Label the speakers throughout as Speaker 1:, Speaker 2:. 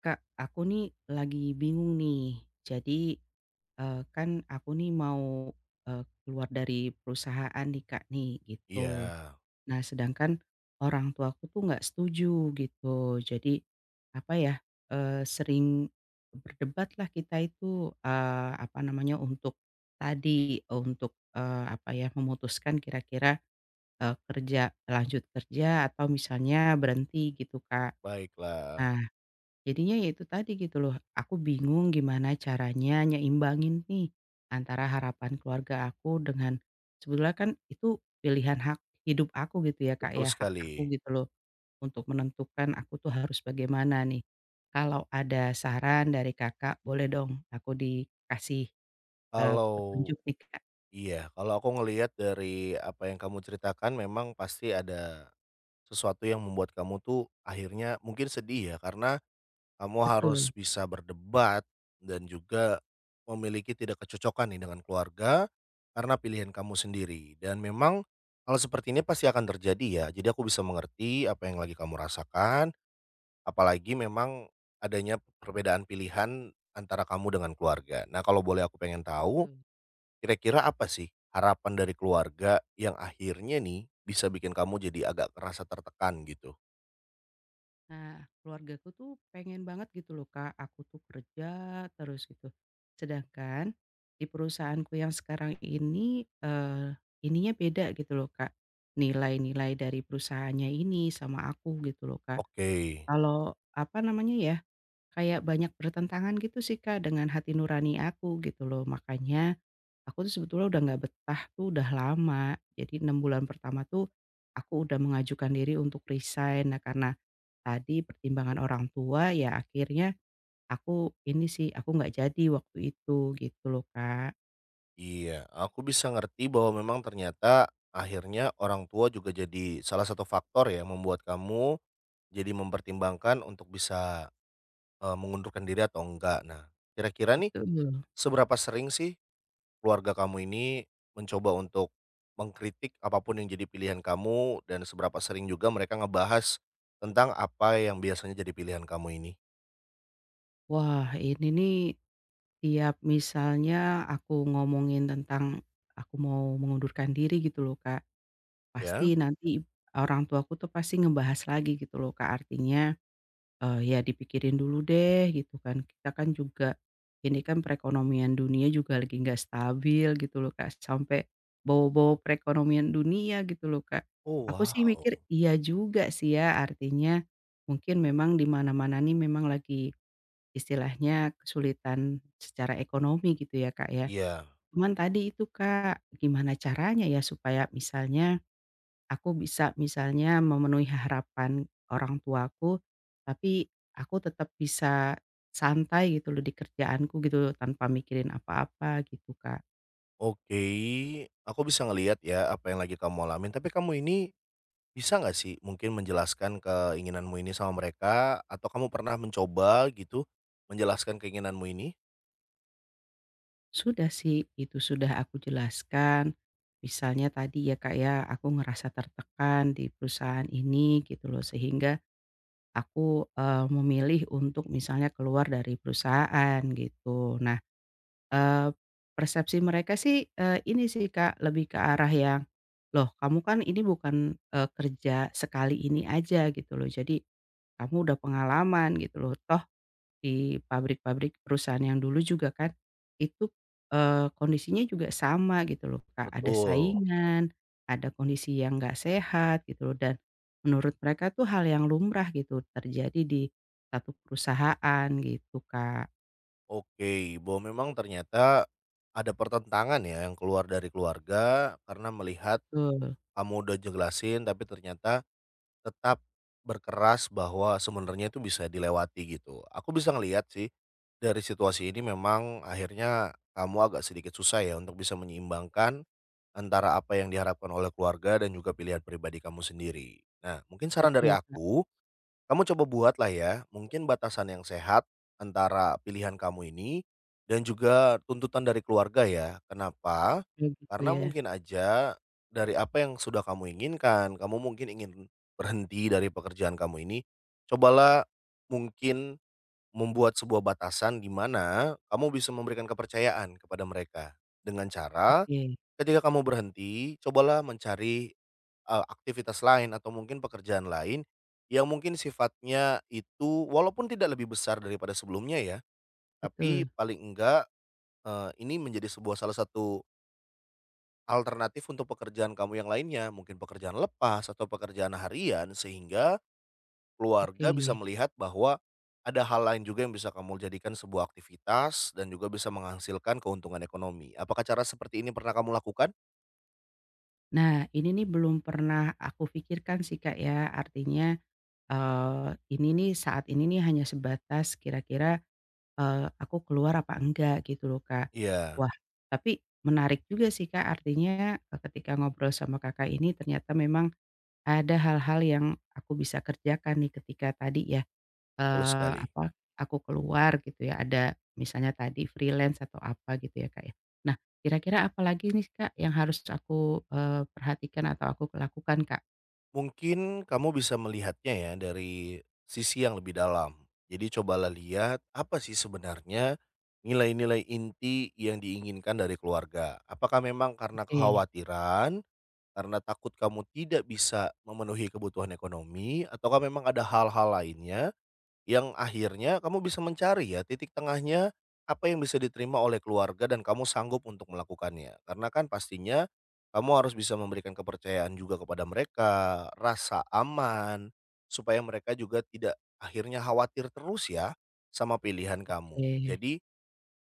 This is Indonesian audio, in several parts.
Speaker 1: Kak, aku nih lagi bingung nih. Jadi, kan aku nih mau, keluar dari perusahaan nih Kak nih, gitu.
Speaker 2: Iya,
Speaker 1: Nah, sedangkan orang tuaku tuh nggak setuju gitu. Jadi, apa ya, sering berdebat lah kita itu, apa namanya, untuk tadi, untuk, apa ya, memutuskan kira-kira, kerja lanjut kerja atau misalnya berhenti gitu Kak.
Speaker 2: baiklah,
Speaker 1: Nah, jadinya ya itu tadi gitu loh, aku bingung gimana caranya nyeimbangin nih, antara harapan keluarga aku dengan sebetulnya kan itu pilihan hak hidup aku gitu ya Kak
Speaker 2: betul
Speaker 1: ya, hak aku
Speaker 2: sekali.
Speaker 1: gitu loh, untuk menentukan aku tuh harus bagaimana nih. Kalau ada saran dari Kakak boleh dong aku dikasih
Speaker 2: Kalau
Speaker 1: petunjuk nih Kak.
Speaker 2: iya, kalau aku ngelihat dari apa yang kamu ceritakan memang pasti ada sesuatu yang membuat kamu tuh akhirnya mungkin sedih ya, karena kamu
Speaker 1: Betul,
Speaker 2: harus bisa berdebat dan juga memiliki tidak kecocokan nih dengan keluarga karena pilihan kamu sendiri. Dan memang hal seperti ini pasti akan terjadi ya. Jadi aku bisa mengerti apa yang lagi kamu rasakan. Apalagi memang adanya perbedaan pilihan antara kamu dengan keluarga. Nah, kalau boleh aku pengen tahu,
Speaker 1: betul.
Speaker 2: kira-kira apa sih harapan dari keluarga yang akhirnya nih bisa bikin kamu jadi agak kerasa tertekan gitu?
Speaker 1: Nah, keluargaku tuh pengen banget gitu loh Kak, aku tuh kerja terus gitu. Sedangkan di perusahaanku yang sekarang ini ininya beda gitu loh Kak, nilai-nilai dari perusahaannya ini sama aku gitu loh Kak.
Speaker 2: Oke,
Speaker 1: Kalau, apa namanya ya, kayak banyak bertentangan gitu sih Kak dengan hati nurani aku gitu loh. Makanya aku tuh sebetulnya udah nggak betah tuh udah lama. Jadi 6 bulan pertama tuh aku udah mengajukan diri untuk resign. Nah karena tadi pertimbangan orang tua ya akhirnya aku ini sih, aku nggak jadi waktu itu gitu loh Kak.
Speaker 2: iya, aku bisa ngerti bahwa memang ternyata akhirnya orang tua juga jadi salah satu faktor ya membuat kamu jadi mempertimbangkan untuk bisa, mengundurkan diri atau enggak. Nah, kira-kira nih
Speaker 1: Betul.
Speaker 2: seberapa sering sih keluarga kamu ini mencoba untuk mengkritik apapun yang jadi pilihan kamu dan seberapa sering juga mereka ngebahas tentang apa yang biasanya jadi pilihan kamu ini?
Speaker 1: Wah ini nih tiap misalnya aku ngomongin tentang aku mau mengundurkan diri gitu loh Kak,
Speaker 2: Ya?
Speaker 1: pasti nanti orang tuaku tuh pasti ngebahas lagi gitu loh Kak, artinya, ya dipikirin dulu deh gitu kan, kita kan juga ini kan perekonomian dunia juga lagi nggak stabil gitu loh Kak, sampai bawa-bawa perekonomian dunia gitu loh Kak.
Speaker 2: Oh,
Speaker 1: Aku sih
Speaker 2: wow.
Speaker 1: mikir iya juga sih ya, artinya mungkin memang di mana-mana nih memang lagi istilahnya kesulitan secara ekonomi gitu ya Kak ya.
Speaker 2: Iya.
Speaker 1: Cuman tadi itu Kak, gimana caranya ya supaya misalnya aku bisa misalnya memenuhi harapan orang tuaku, tapi aku tetap bisa santai gitu loh di kerjaanku gitu loh, tanpa mikirin apa-apa gitu, Kak.
Speaker 2: Oke, aku bisa ngelihat ya apa yang lagi kamu alamin, tapi kamu ini bisa nggak sih mungkin menjelaskan keinginanmu ini sama mereka atau kamu pernah mencoba gitu menjelaskan keinginanmu ini?
Speaker 1: Sudah sih, itu sudah aku jelaskan. Misalnya tadi ya, Kak, ya, aku ngerasa tertekan di perusahaan ini gitu loh, sehingga aku memilih untuk misalnya keluar dari perusahaan gitu. Nah, Eee, persepsi mereka sih ini sih Kak, lebih ke arah yang, "Loh kamu kan ini bukan kerja sekali ini aja," gitu loh. Jadi kamu udah pengalaman gitu loh. Toh di pabrik-pabrik perusahaan yang dulu juga kan itu kondisinya juga sama gitu loh Kak, ada
Speaker 2: Betul.
Speaker 1: saingan, ada kondisi yang nggak sehat gitu loh dan menurut mereka tuh hal yang lumrah gitu terjadi di satu perusahaan gitu Kak.
Speaker 2: Oke, bahwa memang ternyata ada pertentangan ya yang keluar dari keluarga karena melihat
Speaker 1: Betul,
Speaker 2: kamu udah jelasin tapi ternyata tetap berkeras bahwa sebenarnya itu bisa dilewati gitu. Aku bisa ngelihat sih dari situasi ini memang akhirnya kamu agak sedikit susah ya untuk bisa menyeimbangkan antara apa yang diharapkan oleh keluarga dan juga pilihan pribadi kamu sendiri. Nah, mungkin saran dari
Speaker 1: betul Kak,
Speaker 2: aku, kamu coba buatlah ya, mungkin batasan yang sehat antara pilihan kamu ini dan juga tuntutan dari keluarga ya. Kenapa?
Speaker 1: kayak gitu
Speaker 2: Karena
Speaker 1: ya.
Speaker 2: mungkin aja dari apa yang sudah kamu inginkan, kamu mungkin ingin berhenti dari pekerjaan kamu ini, cobalah mungkin membuat sebuah batasan di mana kamu bisa memberikan kepercayaan kepada mereka. Dengan cara
Speaker 1: Oke,
Speaker 2: ketika kamu berhenti, cobalah mencari aktivitas lain atau mungkin pekerjaan lain, yang mungkin sifatnya itu walaupun tidak lebih besar daripada sebelumnya ya, tapi
Speaker 1: betul,
Speaker 2: paling enggak, ini menjadi sebuah salah satu alternatif untuk pekerjaan kamu yang lainnya, mungkin pekerjaan lepas atau pekerjaan harian sehingga keluarga bisa
Speaker 1: oke.
Speaker 2: melihat bahwa ada hal lain juga yang bisa kamu jadikan sebuah aktivitas dan juga bisa menghasilkan keuntungan ekonomi. Apakah cara seperti ini pernah kamu lakukan?
Speaker 1: Nah, ini nih belum pernah aku pikirkan sih Kak ya, artinya eee, ini nih saat ini nih hanya sebatas kira-kira aku keluar apa enggak gitu loh Kak.
Speaker 2: Iya,
Speaker 1: Wah, tapi menarik juga sih Kak, artinya ketika ngobrol sama Kakak ini ternyata memang ada hal-hal yang aku bisa kerjakan nih ketika tadi ya,
Speaker 2: betul
Speaker 1: Eee,
Speaker 2: sekali.
Speaker 1: apa, aku keluar gitu ya, ada misalnya tadi freelance atau apa gitu ya, Kak, ya. Nah, kira-kira apa lagi nih, Kak, yang harus aku perhatikan atau aku lakukan, Kak?
Speaker 2: Mungkin kamu bisa melihatnya ya dari sisi yang lebih dalam. Jadi cobalah lihat apa sih sebenarnya nilai-nilai inti yang diinginkan dari keluarga. Apakah memang karena
Speaker 1: Oke,
Speaker 2: kekhawatiran, karena takut kamu tidak bisa memenuhi kebutuhan ekonomi, ataukah memang ada hal-hal lainnya yang akhirnya kamu bisa mencari ya titik tengahnya, apa yang bisa diterima oleh keluarga dan kamu sanggup untuk melakukannya. Karena kan pastinya kamu harus bisa memberikan kepercayaan juga kepada mereka, rasa aman, supaya mereka juga tidak akhirnya khawatir terus ya sama pilihan kamu.
Speaker 1: oke.
Speaker 2: Jadi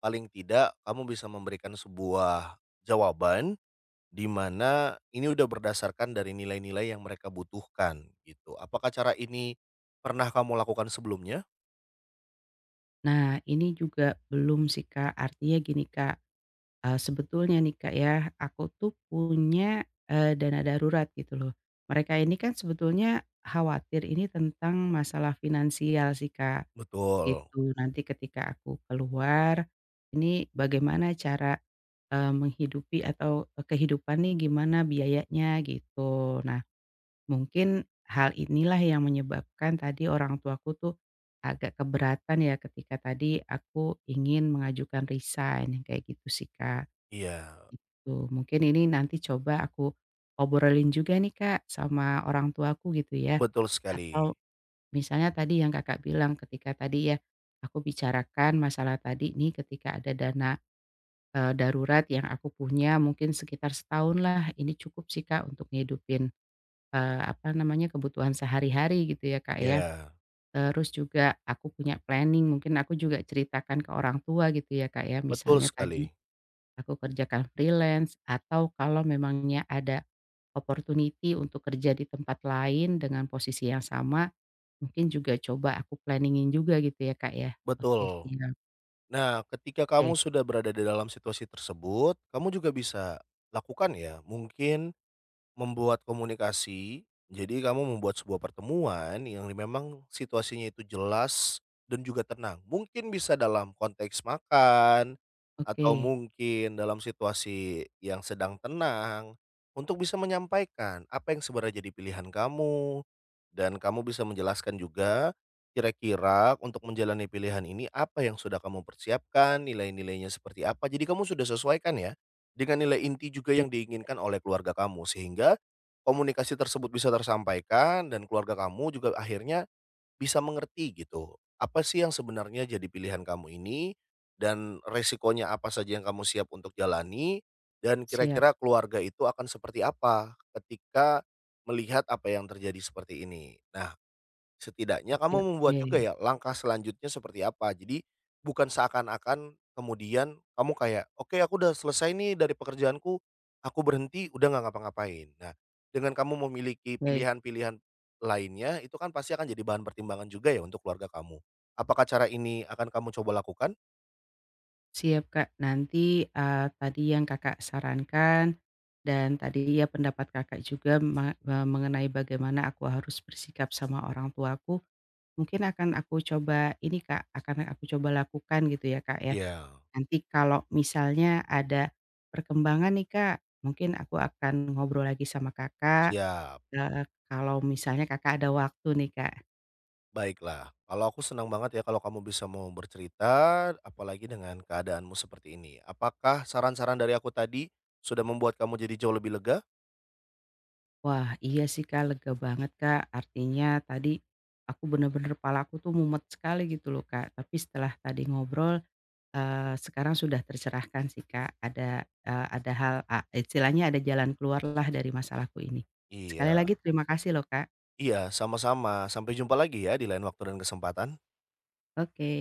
Speaker 2: paling tidak kamu bisa memberikan sebuah jawaban di mana ini udah berdasarkan dari nilai-nilai yang mereka butuhkan gitu. Apakah cara ini pernah kamu lakukan sebelumnya?
Speaker 1: Nah, ini juga belum sih, Kak, artinya gini, Kak sebetulnya nih, Kak, ya, aku tuh punya dana darurat gitu loh. Mereka ini kan sebetulnya khawatir ini tentang masalah finansial sih, Kak.
Speaker 2: Betul,
Speaker 1: Gitu, nanti ketika aku keluar, ini bagaimana cara menghidupi atau kehidupan nih gimana biayanya gitu. Nah, mungkin hal inilah yang menyebabkan tadi orang tuaku tuh agak keberatan ya ketika tadi aku ingin mengajukan resign, kayak gitu sih, Kak,
Speaker 2: iya,
Speaker 1: gitu. Mungkin ini nanti coba aku obrolin juga nih, Kak, sama orang tuaku gitu ya,
Speaker 2: betul sekali,
Speaker 1: atau misalnya tadi yang Kakak bilang ketika tadi ya, aku bicarakan masalah tadi ini ketika ada dana darurat yang aku punya mungkin sekitar setahun lah, ini cukup sih Kak untuk ngehidupin apa namanya, kebutuhan sehari-hari gitu ya Kak ya.
Speaker 2: iya,
Speaker 1: Terus juga aku punya planning, mungkin aku juga ceritakan ke orang tua gitu ya Kak ya,
Speaker 2: betul
Speaker 1: misalnya
Speaker 2: sekali,
Speaker 1: tadi aku kerjakan freelance atau kalau memangnya ada opportunity untuk kerja di tempat lain dengan posisi yang sama, mungkin juga coba aku planningin juga gitu ya, Kak, ya? Oke,
Speaker 2: betul.
Speaker 1: siap,
Speaker 2: Nah, ketika
Speaker 1: oke,
Speaker 2: kamu sudah berada di dalam situasi tersebut, kamu juga bisa lakukan ya, mungkin membuat komunikasi, jadi kamu membuat sebuah pertemuan yang memang situasinya itu jelas dan juga tenang. Mungkin bisa dalam konteks makan,
Speaker 1: oke, oke,
Speaker 2: atau mungkin dalam situasi yang sedang tenang, untuk bisa menyampaikan apa yang sebenarnya jadi pilihan kamu, dan kamu bisa menjelaskan juga kira-kira untuk menjalani pilihan ini apa yang sudah kamu persiapkan, nilai-nilainya seperti apa, jadi kamu sudah sesuaikan ya? Dengan nilai inti juga yang diinginkan oleh keluarga kamu, sehingga komunikasi tersebut bisa tersampaikan dan keluarga kamu juga akhirnya bisa mengerti gitu. Apa sih yang sebenarnya jadi pilihan kamu ini dan resikonya apa saja yang kamu siap untuk jalani dan
Speaker 1: siap,
Speaker 2: kira-kira keluarga itu akan seperti apa ketika melihat apa yang terjadi seperti ini. Nah, setidaknya
Speaker 1: oke,
Speaker 2: kamu membuat juga
Speaker 1: oke.
Speaker 2: ya langkah selanjutnya seperti apa. Jadi bukan seakan-akan kemudian kamu kayak, "Oke aku udah selesai nih dari pekerjaanku, aku berhenti udah nggak ngapa-ngapain." Nah, dengan kamu memiliki
Speaker 1: Baik,
Speaker 2: pilihan-pilihan lainnya itu kan pasti akan jadi bahan pertimbangan juga ya untuk keluarga kamu. Apakah cara ini akan kamu coba lakukan?
Speaker 1: siap, Kak. Nanti tadi yang Kakak sarankan dan tadi ya pendapat Kakak juga mengenai bagaimana aku harus bersikap sama orang tuaku, mungkin akan aku coba ini, Kak, akan aku coba lakukan gitu ya, Kak, ya.
Speaker 2: Iya.
Speaker 1: Nanti kalau misalnya ada perkembangan nih, Kak, mungkin aku akan ngobrol lagi sama Kakak.
Speaker 2: Siap.
Speaker 1: Kalau misalnya Kakak ada waktu nih, Kak.
Speaker 2: Baiklah, kalau aku senang banget ya kalau kamu bisa mau bercerita, apalagi dengan keadaanmu seperti ini. Apakah saran-saran dari aku tadi sudah membuat kamu jadi jauh lebih lega?
Speaker 1: Wah, iya sih, Kak, lega banget, Kak. Artinya tadi aku bener-bener kepala aku tuh mumet sekali gitu loh, Kak. Tapi setelah tadi ngobrol sekarang sudah tercerahkan sih, Kak. Ada hal istilahnya ada jalan keluarlah dari masalahku ini. Sekali
Speaker 2: Iya.
Speaker 1: lagi terima kasih loh, Kak.
Speaker 2: Iya, sama-sama. Sampai jumpa lagi ya di lain waktu dan kesempatan.
Speaker 1: Oke.